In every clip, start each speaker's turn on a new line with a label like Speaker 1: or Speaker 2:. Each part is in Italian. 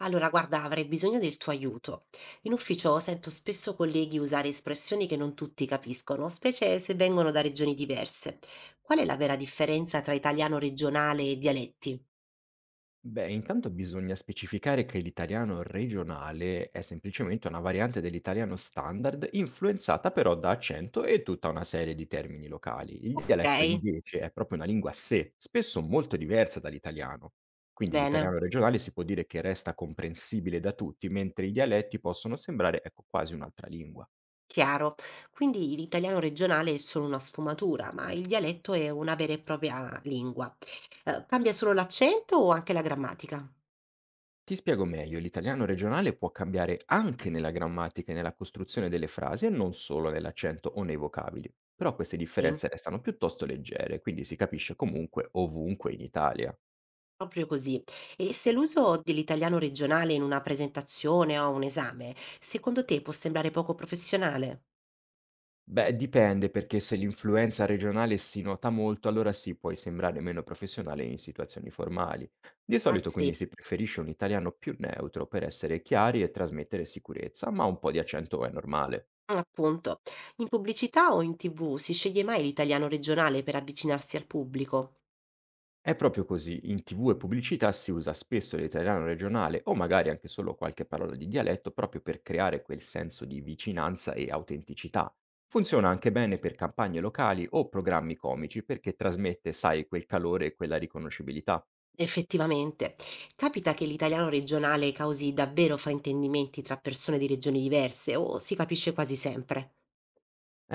Speaker 1: Allora, guarda, avrei bisogno del tuo aiuto. In ufficio sento spesso colleghi usare espressioni che non tutti capiscono, specie se vengono da regioni diverse. Qual è la vera differenza tra italiano regionale e dialetti?
Speaker 2: Beh, intanto bisogna specificare che l'italiano regionale è semplicemente una variante dell'italiano standard, influenzata però da accento e tutta una serie di termini locali. Il
Speaker 1: Ok,
Speaker 2: dialetto invece è proprio una lingua a sé, spesso molto diversa dall'italiano. Quindi
Speaker 1: bene,
Speaker 2: l'italiano regionale si può dire che resta comprensibile da tutti, mentre i dialetti possono sembrare ecco, quasi un'altra lingua.
Speaker 1: chiaro. Quindi l'italiano regionale è solo una sfumatura, ma il dialetto è una vera e propria lingua. Cambia solo l'accento o anche la grammatica?
Speaker 2: Ti spiego meglio, l'italiano regionale può cambiare anche nella grammatica e nella costruzione delle frasi e non solo nell'accento o nei vocabili, però queste differenze restano piuttosto leggere, quindi si capisce comunque ovunque in Italia.
Speaker 1: Proprio così. E se l'uso dell'italiano regionale in una presentazione o un esame, secondo te può sembrare poco professionale?
Speaker 2: Beh, dipende perché se l'influenza regionale si nota molto, allora sì, puoi sembrare meno professionale in situazioni formali. Di
Speaker 1: Ah
Speaker 2: solito
Speaker 1: sì,
Speaker 2: quindi si preferisce un italiano più neutro per essere chiari e trasmettere sicurezza, ma un po' di accento è normale.
Speaker 1: mm, appunto. In pubblicità o in TV si sceglie mai l'italiano regionale per avvicinarsi al pubblico?
Speaker 2: È proprio così, in TV e pubblicità si usa spesso l'italiano regionale o magari anche solo qualche parola di dialetto proprio per creare quel senso di vicinanza e autenticità. Funziona anche bene per campagne locali o programmi comici perché trasmette, sai, quel calore e quella riconoscibilità.
Speaker 1: Effettivamente, capita che l'italiano regionale causi davvero fraintendimenti tra persone di regioni diverse o si capisce quasi sempre?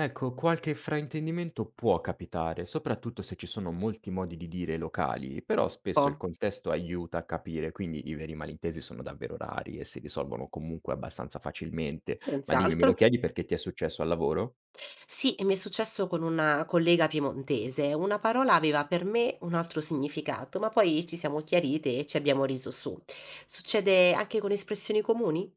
Speaker 2: Ecco, qualche fraintendimento può capitare, soprattutto se ci sono molti modi di dire locali, però spesso il
Speaker 1: Oh,
Speaker 2: contesto aiuta a capire, quindi i veri malintesi sono davvero rari e si risolvono comunque abbastanza facilmente. Ma dimmi, me lo
Speaker 1: senz'altro.
Speaker 2: chiedi perché ti è successo al lavoro?
Speaker 1: Sì, e mi è successo con una collega piemontese. Una parola aveva per me un altro significato, ma poi ci siamo chiarite e ci abbiamo riso su. Succede anche con espressioni comuni?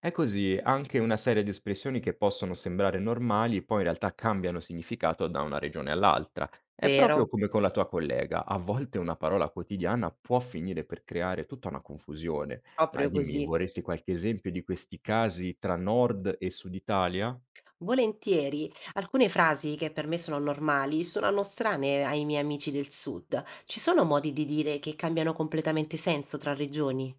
Speaker 2: È così, anche una serie di espressioni che possono sembrare normali, poi in realtà cambiano significato da una regione all'altra. È proprio
Speaker 1: Vero,
Speaker 2: come con la tua collega, a volte una parola quotidiana può finire per creare tutta una confusione. Ma
Speaker 1: proprio
Speaker 2: dimmi,
Speaker 1: così.
Speaker 2: vorresti qualche esempio di questi casi tra nord e sud Italia?
Speaker 1: Volentieri, alcune frasi che per me sono normali suonano strane ai miei amici del sud. Ci sono modi di dire che cambiano completamente senso tra regioni?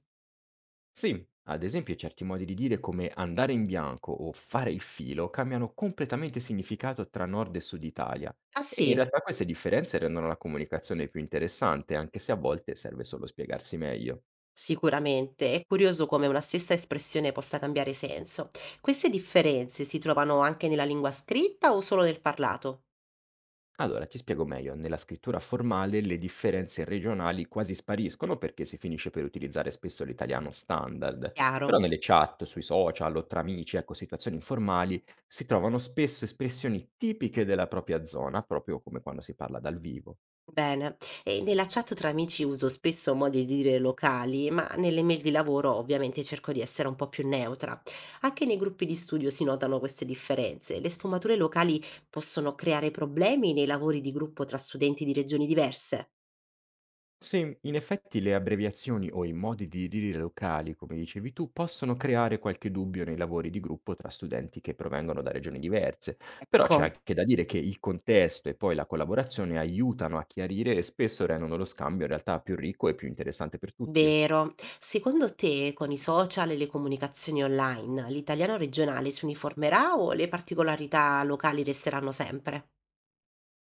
Speaker 2: Sì, ad esempio certi modi di dire come andare in bianco o fare il filo cambiano completamente significato tra nord e sud Italia.
Speaker 1: Ah
Speaker 2: E in
Speaker 1: sì?
Speaker 2: realtà queste differenze rendono la comunicazione più interessante, anche se a volte serve solo spiegarsi meglio.
Speaker 1: Sicuramente, è curioso come una stessa espressione possa cambiare senso. Queste differenze si trovano anche nella lingua scritta o solo nel parlato?
Speaker 2: Allora, ti spiego meglio. Nella scrittura formale le differenze regionali quasi spariscono perché si finisce per utilizzare spesso l'italiano standard, però
Speaker 1: Chiaro.
Speaker 2: nelle chat, sui social o tra amici, ecco, situazioni informali, si trovano spesso espressioni tipiche della propria zona, proprio come quando si parla dal vivo.
Speaker 1: Bene, e nella chat tra amici uso spesso modi di dire locali, ma nelle mail di lavoro ovviamente cerco di essere un po' più neutra. Anche nei gruppi di studio si notano queste differenze. Le sfumature locali possono creare problemi nei lavori di gruppo tra studenti di regioni diverse.
Speaker 2: Sì, in effetti le abbreviazioni o i modi di dire locali, come dicevi tu, possono creare qualche dubbio nei lavori di gruppo tra studenti che provengono da regioni diverse, però c'è
Speaker 1: Ecco.
Speaker 2: anche da dire che il contesto e poi la collaborazione aiutano a chiarire e spesso rendono lo scambio in realtà più ricco e più interessante per tutti.
Speaker 1: Vero. Secondo te, con i social e le comunicazioni online, l'italiano regionale si uniformerà o le particolarità locali resteranno sempre?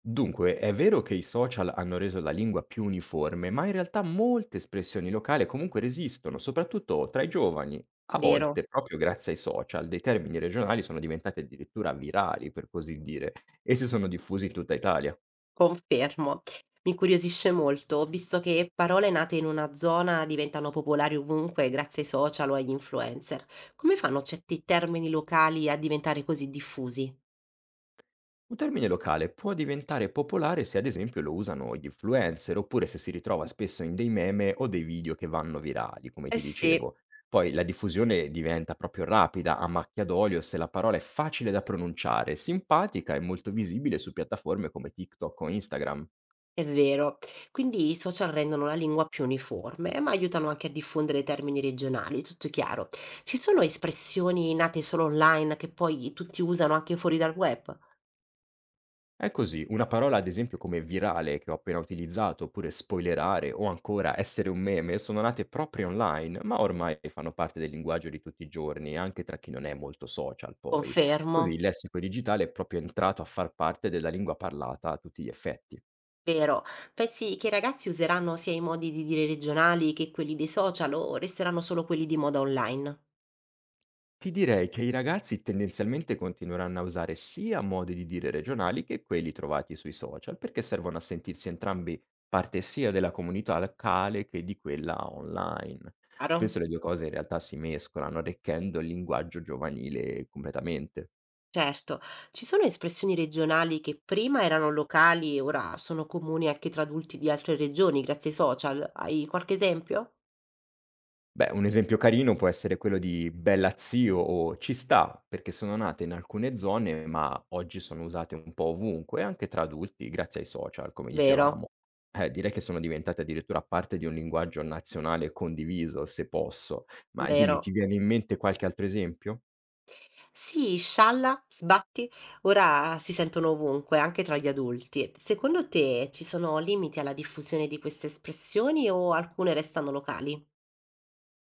Speaker 2: Dunque, è vero che i social hanno reso la lingua più uniforme, ma in realtà molte espressioni locali comunque resistono, soprattutto tra i giovani. A
Speaker 1: Vero,
Speaker 2: volte, proprio grazie ai social, dei termini regionali sono diventati addirittura virali, per così dire, e si sono diffusi in tutta Italia.
Speaker 1: confermo. Mi incuriosisce molto, visto che parole nate in una zona diventano popolari ovunque grazie ai social o agli influencer. Come fanno certi termini locali a diventare così diffusi?
Speaker 2: Un termine locale può diventare popolare se ad esempio lo usano gli influencer oppure se si ritrova spesso in dei meme o dei video che vanno virali, come
Speaker 1: Eh
Speaker 2: ti
Speaker 1: sì,
Speaker 2: dicevo. Poi la diffusione diventa proprio rapida, a macchia d'olio, se la parola è facile da pronunciare, simpatica e molto visibile su piattaforme come TikTok o Instagram.
Speaker 1: è vero. Quindi i social rendono la lingua più uniforme, ma aiutano anche a diffondere termini regionali, tutto chiaro. Ci sono espressioni nate solo online che poi tutti usano anche fuori dal web?
Speaker 2: È così, una parola ad esempio come virale che ho appena utilizzato, oppure spoilerare o ancora essere un meme sono nate proprio online, ma ormai fanno parte del linguaggio di tutti i giorni, anche tra chi non è molto social poi.
Speaker 1: Confermo.
Speaker 2: Così il lessico digitale è proprio entrato a far parte della lingua parlata a tutti gli effetti.
Speaker 1: Vero. Pensi che i ragazzi useranno sia i modi di dire regionali che quelli dei social o resteranno solo quelli di moda online?
Speaker 2: Ti direi che i ragazzi tendenzialmente continueranno a usare sia modi di dire regionali che quelli trovati sui social, perché servono a sentirsi entrambi parte sia della comunità locale che di quella online.
Speaker 1: Chiaro?
Speaker 2: Spesso le due cose in realtà si mescolano, arricchendo il linguaggio giovanile completamente.
Speaker 1: Certo. Ci sono espressioni regionali che prima erano locali e ora sono comuni anche tra adulti di altre regioni grazie ai social. Hai qualche esempio?
Speaker 2: Beh, un esempio carino può essere quello di Bella Zio o Ci sta, perché sono nate in alcune zone, ma oggi sono usate un po' ovunque, anche tra adulti, grazie ai social, come
Speaker 1: Vero.
Speaker 2: dicevamo. Direi che sono diventate addirittura parte di un linguaggio nazionale condiviso, se posso. Ma
Speaker 1: Vero.
Speaker 2: dimmi, ti viene in mente qualche altro esempio?
Speaker 1: Sì, scialla, sbatti, ora si sentono ovunque, anche tra gli adulti. Secondo te ci sono limiti alla diffusione di queste espressioni o alcune restano locali?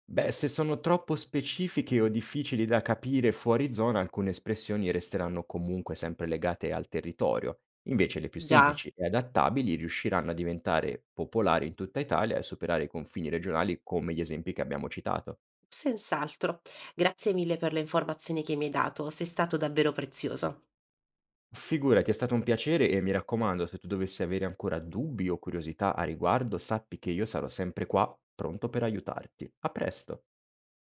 Speaker 2: Beh, se sono troppo specifiche o difficili da capire fuori zona, alcune espressioni resteranno comunque sempre legate al territorio. Invece le più
Speaker 1: Già,
Speaker 2: semplici e adattabili riusciranno a diventare popolari in tutta Italia e superare i confini regionali come gli esempi che abbiamo citato.
Speaker 1: senz'altro. Grazie mille per le informazioni che mi hai dato, sei stato davvero prezioso.
Speaker 2: Figurati, è stato un piacere e mi raccomando, se tu dovessi avere ancora dubbi o curiosità a riguardo, sappi che io sarò sempre qua, pronto per aiutarti. A presto!